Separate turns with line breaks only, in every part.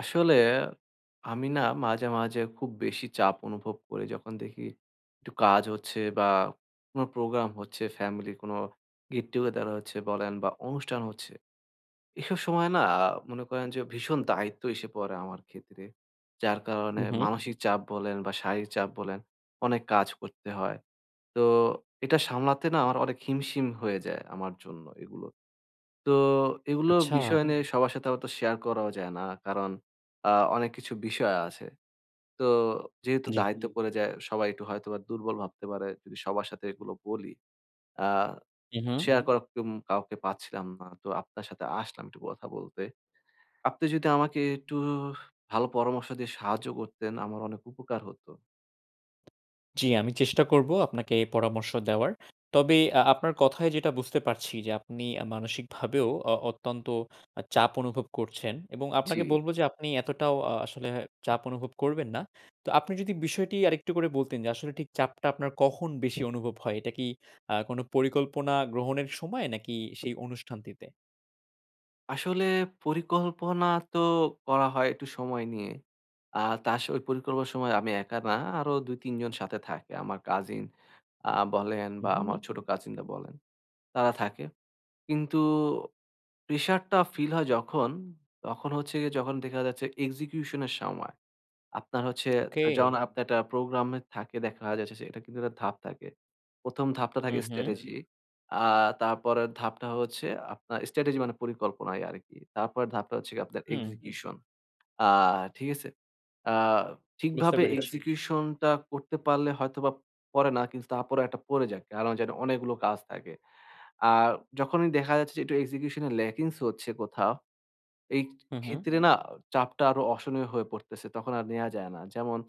আসলে আমি না মাঝে মাঝে খুব বেশি চাপ অনুভব করি যখন দেখি একটু কাজ হচ্ছে বা কোনো প্রোগ্রাম হচ্ছে, ফ্যামিলির কোনো গেট টুগেদার হচ্ছে বলেন বা অনুষ্ঠান হচ্ছে। এসব সময় না মনে করেন যে ভীষণ দায়িত্ব এসে পড়ে আমার ক্ষেত্রে। যার
হু,
কারণে
হু।
মানসিক চাপ বলেন বা শারীরিক চাপ বলেন অনেক কাজ করতে হয়। তো এটা সামলাতে না আমার অনেক হিমশিম হয়ে যায় আমার জন্য এগুলো। তো এগুলো
আচ্ছা।
বিষয় নিয়ে সবার সাথে অত শেয়ার করাও যায় না। কারণ আ অনেক কিছু বিষয় আছে। তো যেহেতু
জি।
দায়িত্ব পড়ে যায় সবাই একটু হয়তোবা দুর্বল ভাবতে পারে যদি সবার সাথে এগুলো বলি। আ
হু, হু।
শেয়ার করার কেউ কাউকে পাচ্ছিলাম না। তো আপনার সাথে আসলাম একটু কথা বলতে। আপনি যদি আমাকে একটু ভালো পরামর্শ দিয়ে সাহায্য করতেন আমার অনেক উপকার হতো।
জি, আমি চেষ্টা করব আপনাকে পরামর্শ দেওয়ার। তবে আপনার কথায় যেটা বুঝতে পারছি যে আপনি মানসিকভাবেও অত্যন্ত চাপ অনুভব করছেন এবং
জি।
আপনাকে বলব যে আপনি এতটাও আসলে চাপ অনুভব করবেন না। তো আপনি যদি বিষয়টি আরেকটু করে বলতেন যে আসলে ঠিক চাপটা আপনার কখন বেশি অনুভব হয়? এটা কি কোনো পরিকল্পনা গ্রহণের সময় নাকি সেই অনুষ্ঠানটিতে?
আসলে পরিকল্পনা তো করা হয় একটু সময় নিয়ে। আ তার স ওই পরিকল্পনার সময় আমি একা না, আরো ২-৩ জন সাথে থাকে। আমার কাজিন বলেন
হু,
বা
হু।
আমার ছোট কাজিনরা বলেন, তারা থাকে। কিন্তু প্রেশারটা ফিল হয় যখন, তখন হচ্ছে গিয়ে যখন দেখা যাচ্ছে এক্সিকিউশন এর সময়। আপনার হচ্ছে
ওকে।
জি। যখন আপনি একটা প্রোগ্রামে থাকে দেখা যাচ্ছে যে এটা কিন্তু একটা ধাপ থাকে। ১ম ধাপটা
হু,
থাকে
হু।
স্ট্র্যাটেজি। আ তারপরের ধাপটা হচ্ছে আপনার স্ট্র্যাটেজি মানে পরিকল্পনাই আরকি। তারপরের ধাপটা হচ্ছে গিয়ে আপনার
হুম।
এক্সিকিউশন। আ ঠিক আছে? আ
বুঝতে
ঠিকভাবে ঠিক আছে।
পেরেছি।
এক্সিকিউশন টা করতে পারলে হয়তোবা পড়ে না কিন্তু তারপরেও একটা পড়ে যায়। কারণ জানি অনেকগুলো কাজ থাকে। আর যখনই দেখা যাচ্ছে যে একটু এক্সিকিউশন এ ল্যাকিংস হচ্ছে কোথাও, এই ক্ষেত্রে
হু,
হুম।
হু।
ক্ষেত্রে না চাপটা আরো অসহনীয় হয়ে পড়তেছে। তখন আর নেয়া যায় না। যেমন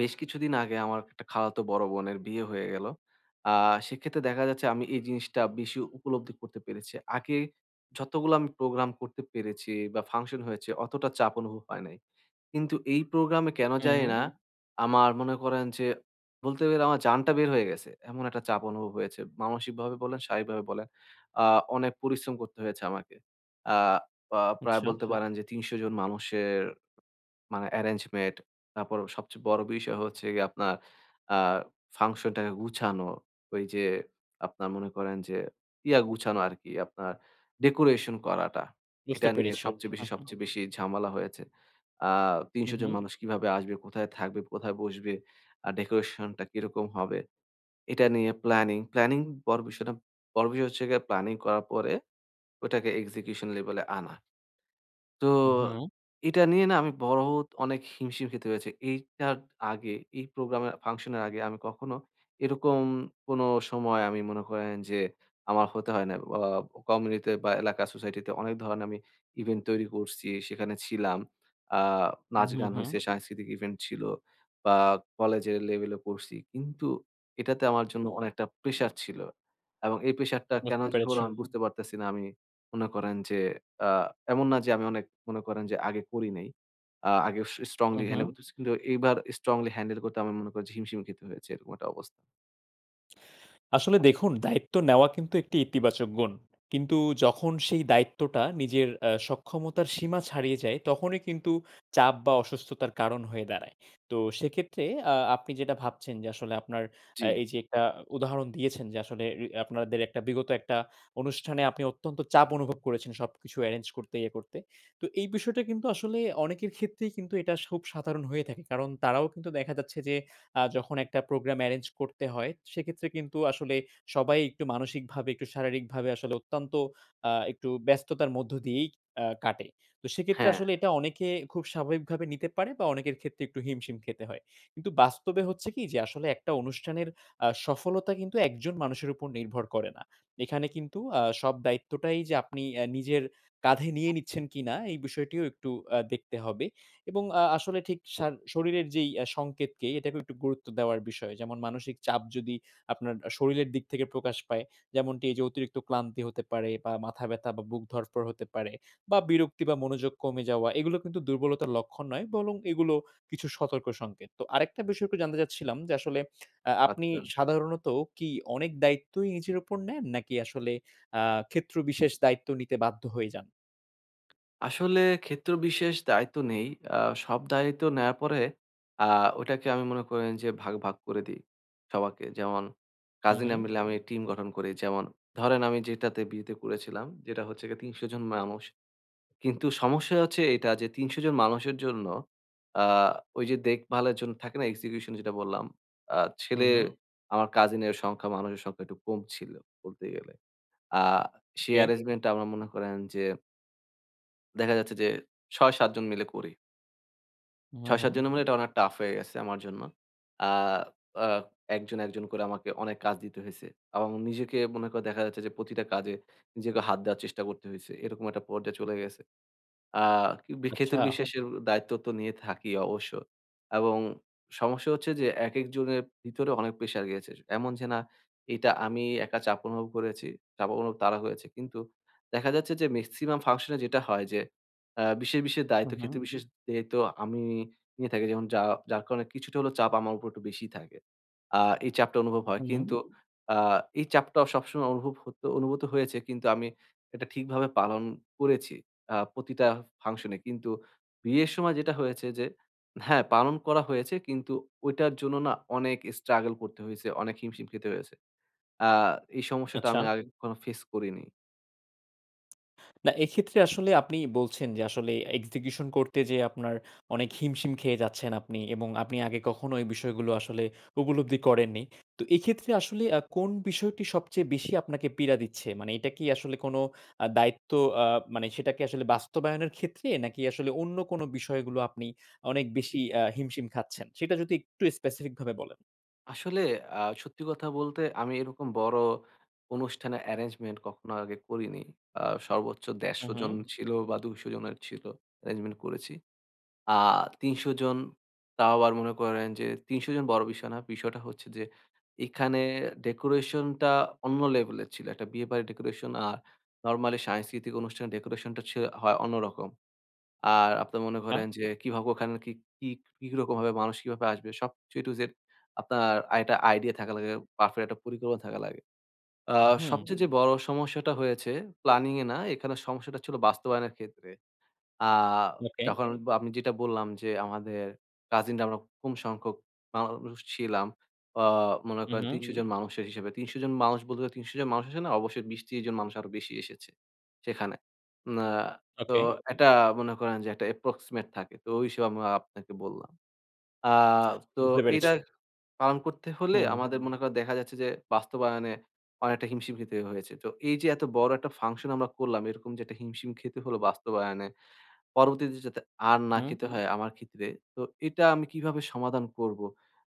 বেশ কিছুদিন আগে আমার একটা খালাতো বড় বোনের বিয়ে হয়ে গেল। আ সেক্ষেত্রে দেখা যাচ্ছে আমি এই জিনিসটা বেশি উপলব্ধি করতে পেরেছি। আগে যতগুলো আমি প্রোগ্রাম করতে পেরেছি বা ফাংশন হয়েছে অতটা চাপ অনুভব হয় নাই। কিন্তু এই প্রোগ্রামে কেন জানি
হুম।
না হুম। আমার মনে করেন যে বলতে গেলে আমার জানটা বের হয়ে গেছে। এমন একটা চাপ অনুভব হয়েছে। মানসিকভাবে বলেন, শারীরিকভাবে বলেন। আ অনেক পরিশ্রম করতে হয়েছে আমাকে। আ আ প্রায়
আচ্ছা।
বলতে আচ্ছা। পারেন যে ৩০০ জন মানুষের মানে অ্যারেঞ্জমেন্ট, তারপর সবচেয়ে বড় বিষয় হচ্ছে গিয়ে আপনার আ ফাংশনটাকে গুছানো। ওই যে আপনার মনে করেন যে ইয়া গুছানো আরকি আপনার ডেকোরেশন করাটা। এটা
বুঝতে
নিয়ে বুঝতে
পেরেছি।
সবচেয়ে পেরেছি।
হু,
বেশি
হু।
সবচেয়ে বেশি ঝামেলা হয়েছে। আ ৩০০ জন
হু,
মানুষ কিভাবে আসবে, কোথায় থাকবে, কোথায় বসবে, আর ডেকোরেশনটা কিরকম হবে? এটা নিয়ে প্ল্যানিং বড় বিষয় না। বড় বিষয় হচ্ছে গিয়ে প্ল্যানিং করার পরে ওটাকে এক্সিকিউশন লেভেলে আনা। তো
হু।
এটা নিয়ে না আমি বড় অনেক হিমশিম খেতে হয়েছে। এইটার আগে এই প্রোগ্রামের ফাংশনের আগে আমি কখনো এরকম কোনো সময় আমি মনে করেন যে আমার হতে হয় না। কমিউনিটিতে বা এলাকা সোসাইটিতে অনেক ধরনের আমি ইভেন্ট তৈরি করছি, সেখানে ছিলাম। আ
হু, হু,
নাচ-গান
হু।
হইছে, সাংস্কৃতিক ইভেন্ট ছিল বা কলেজের লেভেলে করছি। কিন্তু এটাতে আমার জন্য অনেকটা প্রেশার ছিল। এবং এই প্রেশারটা কেন
বুঝতে
যে হলো
পেরেছি।
আমি বুঝতে পারতেছি না আমি মনে করেন যে আ এমন না যে আমি অনেক মনে করেন যে আগে করি নাই। আ আগে স
হু,
স্ট্রংলি
হু।
হ্যান্ডেল করতেছি। কিন্তু এইবার স্ট্রংলি হ্যান্ডেল করতে আমার মনে করেন যে হিমশিম খেতে হয়েছে। এরকম একটা অবস্থা।
আসলে দেখুন দায়িত্ব নেওয়া কিন্তু একটি ইতিবাচক গুণ। কিন্তু যখন সেই দায়িত্বটা নিজের সক্ষমতার সীমা ছাড়িয়ে যায় তখনই কিন্তু চাপ বা অসুস্থতার কারণ হয়ে দাঁড়ায়। তো সেক্ষেত্রে আপনি যেটা ভাবছেন যে আসলে আপনার
জি।
এই যে একটা উদাহরণ দিয়েছেন যে আসলে আপনাদের একটা বিগত একটা অনুষ্ঠানে আপনি অত্যন্ত চাপ অনুভব করেছেন সবকিছু এরেঞ্জ করতে, ইয়ে করতে। তো এই বিষয়টা কিন্তু আসলে অনেকের ক্ষেত্রেই কিন্তু এটা খুব সাধারণ হয়ে থাকে। কারণ তারাও কিন্তু দেখা যাচ্ছে যে যখন একটা প্রোগ্রাম অ্যারেঞ্জ করতে হয়, সেক্ষেত্রে কিন্তু আসলে সবাই একটু মানসিকভাবে, একটু শারীরিকভাবে আসলে অত্যন্ত একটু ব্যস্ততার মধ্য দিয়েই কাটে। তো সেক্ষেত্রে
হ্যাঁ,
আসলে এটা অনেকে খুব স্বাভাবিকভাবে নিতে পারে বা অনেকের ক্ষেত্রে একটু হিমশিম খেতে হয়। কিন্তু বাস্তবে হচ্ছে কি যে আসলে একটা অনুষ্ঠানের সফলতা কিন্তু একজন মানুষের উপর নির্ভর করে না। এখানে কিন্তু সব দায়িত্বটাই যে আপনি নিজের কাঁধে নিয়ে নিচ্ছেন কিনা এই বিষয়টিও একটু দেখতে হবে। এবং আসলে ঠিক শরীরের যেই সংকেতকে এটাকেও একটু গুরুত্ব দেওয়ার বিষয়। যেমন মানসিক চাপ যদি আপনার শরীরের দিক থেকে প্রকাশ পায়, যেমনটি এই যে অতিরিক্ত ক্লান্তি হতে পারে বা মাথা ব্যথা বা বুক ধড়ফড় হতে পারে বা বিরক্তি বা মনোযোগ কমে যাওয়া এগুলো কিন্তু দুর্বলতার লক্ষণ নয়, বরং এগুলো কিছু সতর্ক সংকেত। তো আরেকটা বিষয় একটু জানতে চাচ্ছিলাম যে আসলে আপনি
আচ্ছা।
সাধারণত কি অনেক দায়িত্বই নিজের উপর নেন নাকি আসলে আ ক্ষেত্র বিশেষ দায়িত্ব নিতে বাধ্য হয়ে যান?
আসলে ক্ষেত্রবিশেষ দায়িত্ব নেই। আ সব দায়িত্ব নেয়ার পরে আ ওটাকে আমি মনে করেন যে ভাগ ভাগ করে দেই সবাকে। যেমন
হু, হু,
কাজিনরা মিলে আমি টিম গঠন করি। যেমন ধরেন আমি যেটাতে বিয়েতে করেছিলাম যেটা হচ্ছে গিয়ে ৩০০ জন মানুষ কিন্তু সমস্যা হচ্ছে এটা যে ৩০০ জন মানুষের জন্য আ ওই যে দেখভালের জন্য থাকে না এক্সিকিউশন যেটা বললাম, আ
হু,
ছেলে
হু।
আমার কাজিনের সংখ্যা মানুষের সংখ্যা একটু কম ছিল বলতে গেলে। আ সেই
ওকে।
অ্যারেঞ্জমেন্ট টা আমরা মনে করেন যে দেখা যাচ্ছে যে ৬-৭ জন মিলে করি।
হু, হু।
৬-৭ জন মিলে এটা অনেক টাফ হয়ে গেছে আমার জন্য। আ আ একজন একজন করে আমাকে অনেক কাজ দিতে হইছে। এবং নিজেকে মনে করে দেখা যাচ্ছে যে প্রতিটা কাজে নিজেকে হাত দেওয়ার চেষ্টা করতে হইছে। এরকম একটা পর্যায়ে চলে গেছে। আ বি
আচ্ছা।
ক্ষেতুর বিশেষের দায়িত্ব তো নিয়ে থাকি অবশ্য। এবং সমস্যা হচ্ছে যে একেক জনের ভিতরে অনেক প্রেশার গিয়েছে। এমন যে না এটা আমি একা চাপ অনুভব করেছি, চাপ অনুভব তারা হয়েছে। কিন্তু দেখা যাচ্ছে যে মেক্সিমাম ফাংশন এ যেটা হয় যে বিশেষ বিশেষ দায়িত্ব
হুম, হুম,
ক্ষেত্র বিশেষ দায়িত্ব আমি নিয়ে থাকি। যেমন যার কারণে কিছুটা হলেও চাপ আমার উপর একটু বেশি থাকে। আ এই চাপটা অনুভব হয়।
হুম, হুম।
কিন্তু আ এই চাপটা সবসময় অনুভব হতো অনুভূত হয়েছে কিন্তু আমি এটা ঠিকভাবে পালন করেছি। প্রতিটা ফাংশনে। কিন্তু বিয়ের সময় যেটা হয়েছে যে হ্যাঁ, পালন করা হয়েছে কিন্তু ওইটার জন্য না অনেক স্ট্রাগল করতে হয়েছে, অনেক হিমশিম খেতে হয়েছে। আ এই সমস্যাটা
আচ্ছা।
আমি আগে কখনো ফেস করিনি।
না, এক্ষেত্রে আসলে আপনি বলছেন যে আসলে এক্সিকিউশন করতে যেয়ে আপনার অনেক হিমশিম খেয়ে যাচ্ছেন আপনি এবং আপনি আগে কখনো এই বিষয়গুলো আসলে উপলব্ধি করেননি। তো এক্ষেত্রে আসলে কোন বিষয়টি সবচেয়ে বেশি আপনাকে পীড়া দিচ্ছে? মানে এটা কি আসলে কোনো দায়িত্ব, আ মানে সেটা কি আসলে বাস্তবায়নের ক্ষেত্রে নাকি আসলে অন্য কোনো বিষয়গুলো আপনি অনেক বেশি হিমশিম খাচ্ছেন? সেটা যদি একটু স্পেসিফিক ভাবে বলেন।
আসলে সত্যি কথা বলতে আমি এরকম বড় অনুষ্ঠানে অ্যারেঞ্জমেন্ট কখনো আগে করিনি। আ সর্বোচ্চ
হুম,
১৫০
হুম।
জন ছিল বা ২০০ জনের ছিল অ্যারেঞ্জমেন্ট করেছি। আ ৩০০ জন তাও আবার মনে করেন যে ৩০০ জন বড় বিষয় না। বিষয়টা হচ্ছে যে এখানে ডেকোরেশনটা অন্য লেভেলের ছিল। একটা বিয়েবাড়ির ডেকোরেশন আর নরমালি সাংস্কৃতিক অনুষ্ঠানের ডেকোরেশনটা ছি হয় অন্যরকম। আর আপনার মনে
আচ্ছা।
করেন যে কিভাবে ওখানে কি, কি কিরকমভাবে মানুষ কিভাবে আসবে সবকিছু A to Z আপনার একটা আইডিয়া থাকা লাগে, পারফেক্ট একটা পরিকল্পনা থাকা লাগে। আ
হুম,
সবচেয়ে জি। যে বড় সমস্যাটা হয়েছে প্ল্যানিং এ না, এখানে সমস্যাটা ছিল বাস্তবায়নের ক্ষেত্রে। আ
ওকে।
যখন ব আমি যেটা বললাম যে, আমাদের কাজিনরা আমরা কম সংখ্যক মানুষ ছিলাম। আ মনে
হুম,
করেন
হুম।
৩০০ জন মানুষের হিসেবে। ৩০০ জন মানুষ বলতে ৩০০ জন মানুষ আসে না, অবশ্যই ২০-৩০ জন মানুষ আরো বেশি এসেছে সেখানে। না তো
ওকে।
ঠিক, ঠিক. এটা মনে করেন যে, একটা approximate থাকে। তো ওই হিসেবে আমি আপনাকে বললাম। আ তো
বুঝতে
বুঝতে এইটা
পেরেছি।
পেরেছি। পালন করতে হলে
হুম,
আমাদের মনে করেন দেখা যাচ্ছে যে, বাস্তবায়নে অনেকটা হিমশিম খেতে হয়েছে। তো এই যে এত বড় একটা ফাংশন আমরা করলাম, এরকম যে একটা হিমশিম খেতে হলো বাস্তবায়নে পরবর্তীতে যাতে আর না
হুম।
খেতে হয় আমার ক্ষেত্রে। তো এটা আমি কিভাবে সমাধান করব?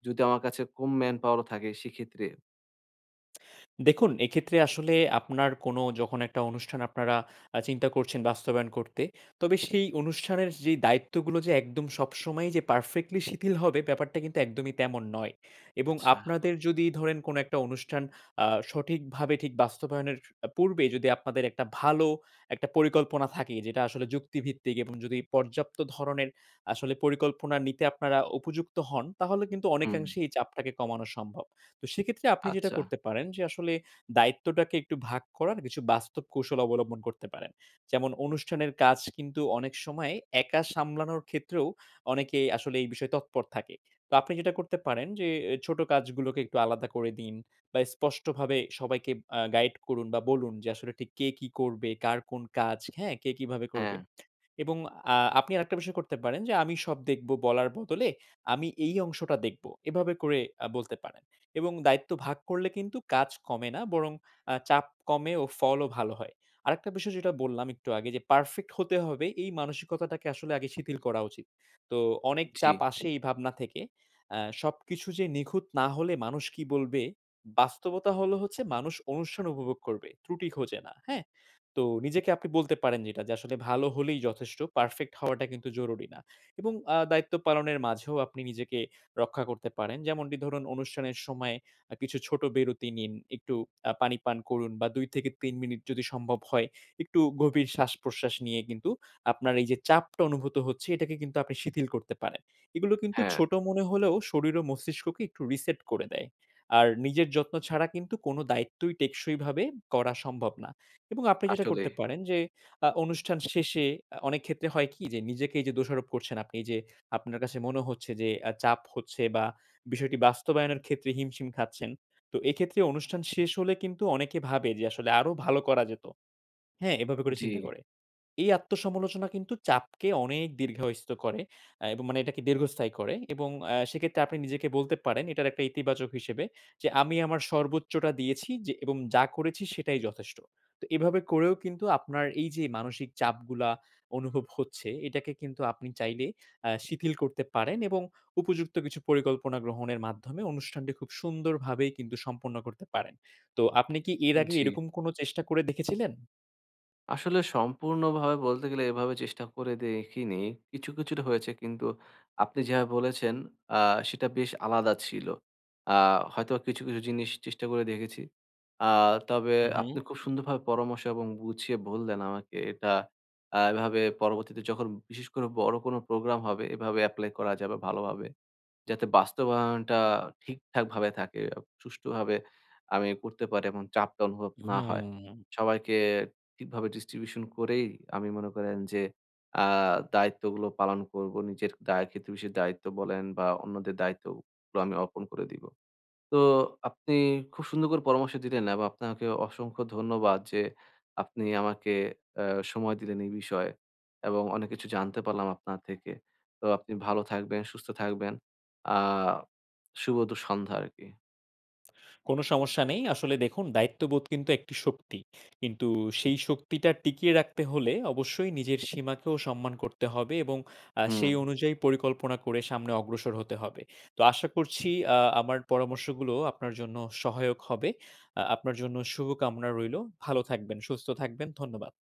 যদি আমার কাছে কম ম্যান পাওয়ার ও থাকে সেক্ষেত্রে?
দেখুন, এক্ষেত্রে আসলে আপনার কোনো যখন একটা অনুষ্ঠান আপনারা চিন্তা করছেন বাস্তবায়ন করতে, তবে সেই অনুষ্ঠানের যেই দায়িত্বগুলো যে একদম সবসময়ই যে পারফেক্টলি শিথিল হবে, ব্যাপারটা কিন্তু একদমই তেমন নয়। এবং
আচ্ছা,
আপনাদের যদি ধরেন কোনো একটা অনুষ্ঠান সঠিকভাবে ঠিক বাস্তবায়নের পূর্বে যদি আপনাদের একটা ভালো একটা পরিকল্পনা থাকে যেটা আসলে যুক্তিভিত্তিক এবং যদি পর্যাপ্ত ধরনের আসলে পরিকল্পনা নিতে আপনারা উপযুক্ত হন, তাহলে কিন্তু
হুম,
অনেকাংশেই এই চাপটাকে কমানো সম্ভব। তো সেক্ষেত্রে আপনি যেটা
আচ্ছা।
করতে পারেন যে আসলে দায়িত্বটাকে একটু ভাগ করার কিছু বাস্তব কৌশল অবলম্বন করতে পারেন। যেমন অনুষ্ঠানের কাজ কিন্তু অনেক সময় একা সামলানোর ক্ষেত্রেও অনেকে আসলে এই বিষয়ে তৎপর থাকে। তো আপনি যেটা করতে পারেন যে এ ছোট কাজগুলোকে একটু আলাদা করে দিন বা স্পষ্টভাবে সবাইকে গাইড করুন বা বলুন যে আসলে ঠিক কে কি করবে, কার কোন কাজ, হ্যাঁ? কে কিভাবে
হ্যাঁ,
করবে। এবং আপনি আরেকটা বিষয় করতে পারেন যে আমি সব দেখব বলার বদলে আমি এই অংশটা দেখব। এভাবে করে বলতে পারেন। এবং দায়িত্ব ভাগ করলে কিন্তু কাজ কমে না, বরং চাপ কমে ও ফলও ভালো হয়। আরেকটা বিষয় যেটা বললাম একটু আগে, যে পারফেক্ট হতে হবে এই মানসিকতাটাকে আসলে আগে শিথিল করা উচিত। তো অনেক
জি,
চাপ আসে এই ভাবনা থেকে। সবকিছু যে নিখুঁত না হলে মানুষ কি বলবে? বাস্তবতা হচ্ছে মানুষ অনুষ্ঠান উপভোগ করবে, ত্রুটি খোঁজে না। হ্যাঁ? তো নিজেকে আপনি বলতে পারেন যেটা যে আসলে ভালো হলেই যথেষ্ট। পারফেক্ট হওয়াটা কিন্তু জরুরি না। এবং দায়িত্ব পালনের মাঝেও আপনি নিজেকে রক্ষা করতে পারেন। যেমনটি ধরুন অনুষ্ঠানের সময় কিছু ছোট বিরতি নিন। একটু পানি পান করুন বা ২ থেকে ৩ মিনিট যদি সম্ভব হয়, একটু গভীর শ্বাস-প্রশ্বাস নিয়ে কিন্তু আপনার এই যে চাপটা অনুভূত হচ্ছে এটাকে কিন্তু আপনি শিথিল করতে পারেন। এগুলো কিন্তু
হ্যাঁ,
ছোট মনে হলেও শরীর ও মস্তিষ্ককে একটু রিসেট করে দেয়। আর নিজের যত্ন ছাড়া কিন্তু কোনো দায়িত্বই টেকসইভাবে করা সম্ভব না। এবং আপনি যেটা
আসলে।
করতে পারেন যে অনুষ্ঠান শেষে অনেক ক্ষেত্রে হয় কি যে নিজেকে এই যে দোষারোপ করছেন আপনি, যে আপনার কাছে মনে হচ্ছে যে চাপ হচ্ছে বা বিষয়টি বাস্তবায়নের ক্ষেত্রে হিমশিম খাচ্ছেন। তো এক্ষেত্রে অনুষ্ঠান শেষ হলে কিন্তু অনেকে ভাবে যে আসলে আরো ভালো করা যেত। হ্যাঁ? এভাবে করে
জি,
চিন্তা করে। এই আত্মসমালোচনা কিন্তু চাপকে অনেক দীর্ঘায়িত করে, এবং মানে এটাকে দীর্ঘস্থায়ী করে এবং সেক্ষেত্রে আপনি নিজেকে বলতে পারেন এটার একটা ইতিবাচক হিসেবে যে, "আমি আমার সর্বোচ্চটা দিয়েছি যে এবং যা করেছি সেটাই যথেষ্ট।" তো এভাবে করেও কিন্তু আপনার এই যে মানসিক চাপগুলা অনুভব হচ্ছে, এটাকে কিন্তু আপনি চাইলে শিথিল করতে পারেন এবং উপযুক্ত কিছু পরিকল্পনা গ্রহণের মাধ্যমে অনুষ্ঠানটি খুব সুন্দরভাবেই কিন্তু সম্পন্ন করতে পারেন। তো আপনি কি এর আগে
জি।
এরকম কোনো চেষ্টা করে দেখেছিলেন?
আসলে সম্পূর্ণভাবে বলতে গেলে এভাবে চেষ্টা করে দেখিনি। কিছুটা হয়েছে কিন্তু আপনি যেভাবে বলেছেন আ সেটা বেশ আলাদা ছিল। আ হয়তোবা কিছু জিনিস চেষ্টা করে দেখেছি। আ তবে
হু, হু।
আপনি খুব সুন্দরভাবে পরামর্শ এবং বুঝিয়ে বললেন আমাকে এটা এভাবে পরবর্তীতে যখন বিশেষ করে বড় কোনো প্রোগ্রাম হবে এভাবে এপ্লাই করা যাবে ভালোভাবে। যাতে বাস্তবায়নটা ঠিকঠাকভাবে থাকে, সুষ্ঠুভাবে আমি করতে পারি এবং চাপটা অনুভব না হয়।
হুম।
সবাইকে ঠিকভাবে ডিস্ট্রিবিউশন করেই আমি মনে করেন যে আ দায়িত্বগুলো পালন করব। নিজের দায় ক্ষেত্র বিশেষ দায়িত্ব বলেন বা অন্যদের দায়িত্বগুলো আমি অর্পণ করে দিব। তো আপনি খুব সুন্দর করে পরামর্শ দিলেন এবং আপনাকে অসংখ্য ধন্যবাদ যে আপনি আমাকে আ সময় দিলেন এই বিষয়ে এবং অনেক কিছু জানতে পারলাম আপনার থেকে। তো আপনি ভালো থাকবেন, সুস্থ থাকবেন। আ শুভ সন্ধ্যা আরকি।
কোনো সমস্যা নেই। আসলে দেখুন দায়িত্ববোধ কিন্তু একটি শক্তি। কিন্তু সেই শক্তিটা টিকিয়ে রাখতে হলে অবশ্যই নিজের সীমাকেও সম্মান করতে হবে এবং
হুম।
সেই অনুযায়ী
আপ
পরিকল্পনা করে সামনে অগ্রসর হতে হবে। তো আশা করছি আমার পরামর্শগুলো আপনার জন্য সহায়ক হবে। আপনার জন্য শুভকামনা রইলো। ভালো থাকবেন, সুস্থ থাকবেন। ধন্যবাদ।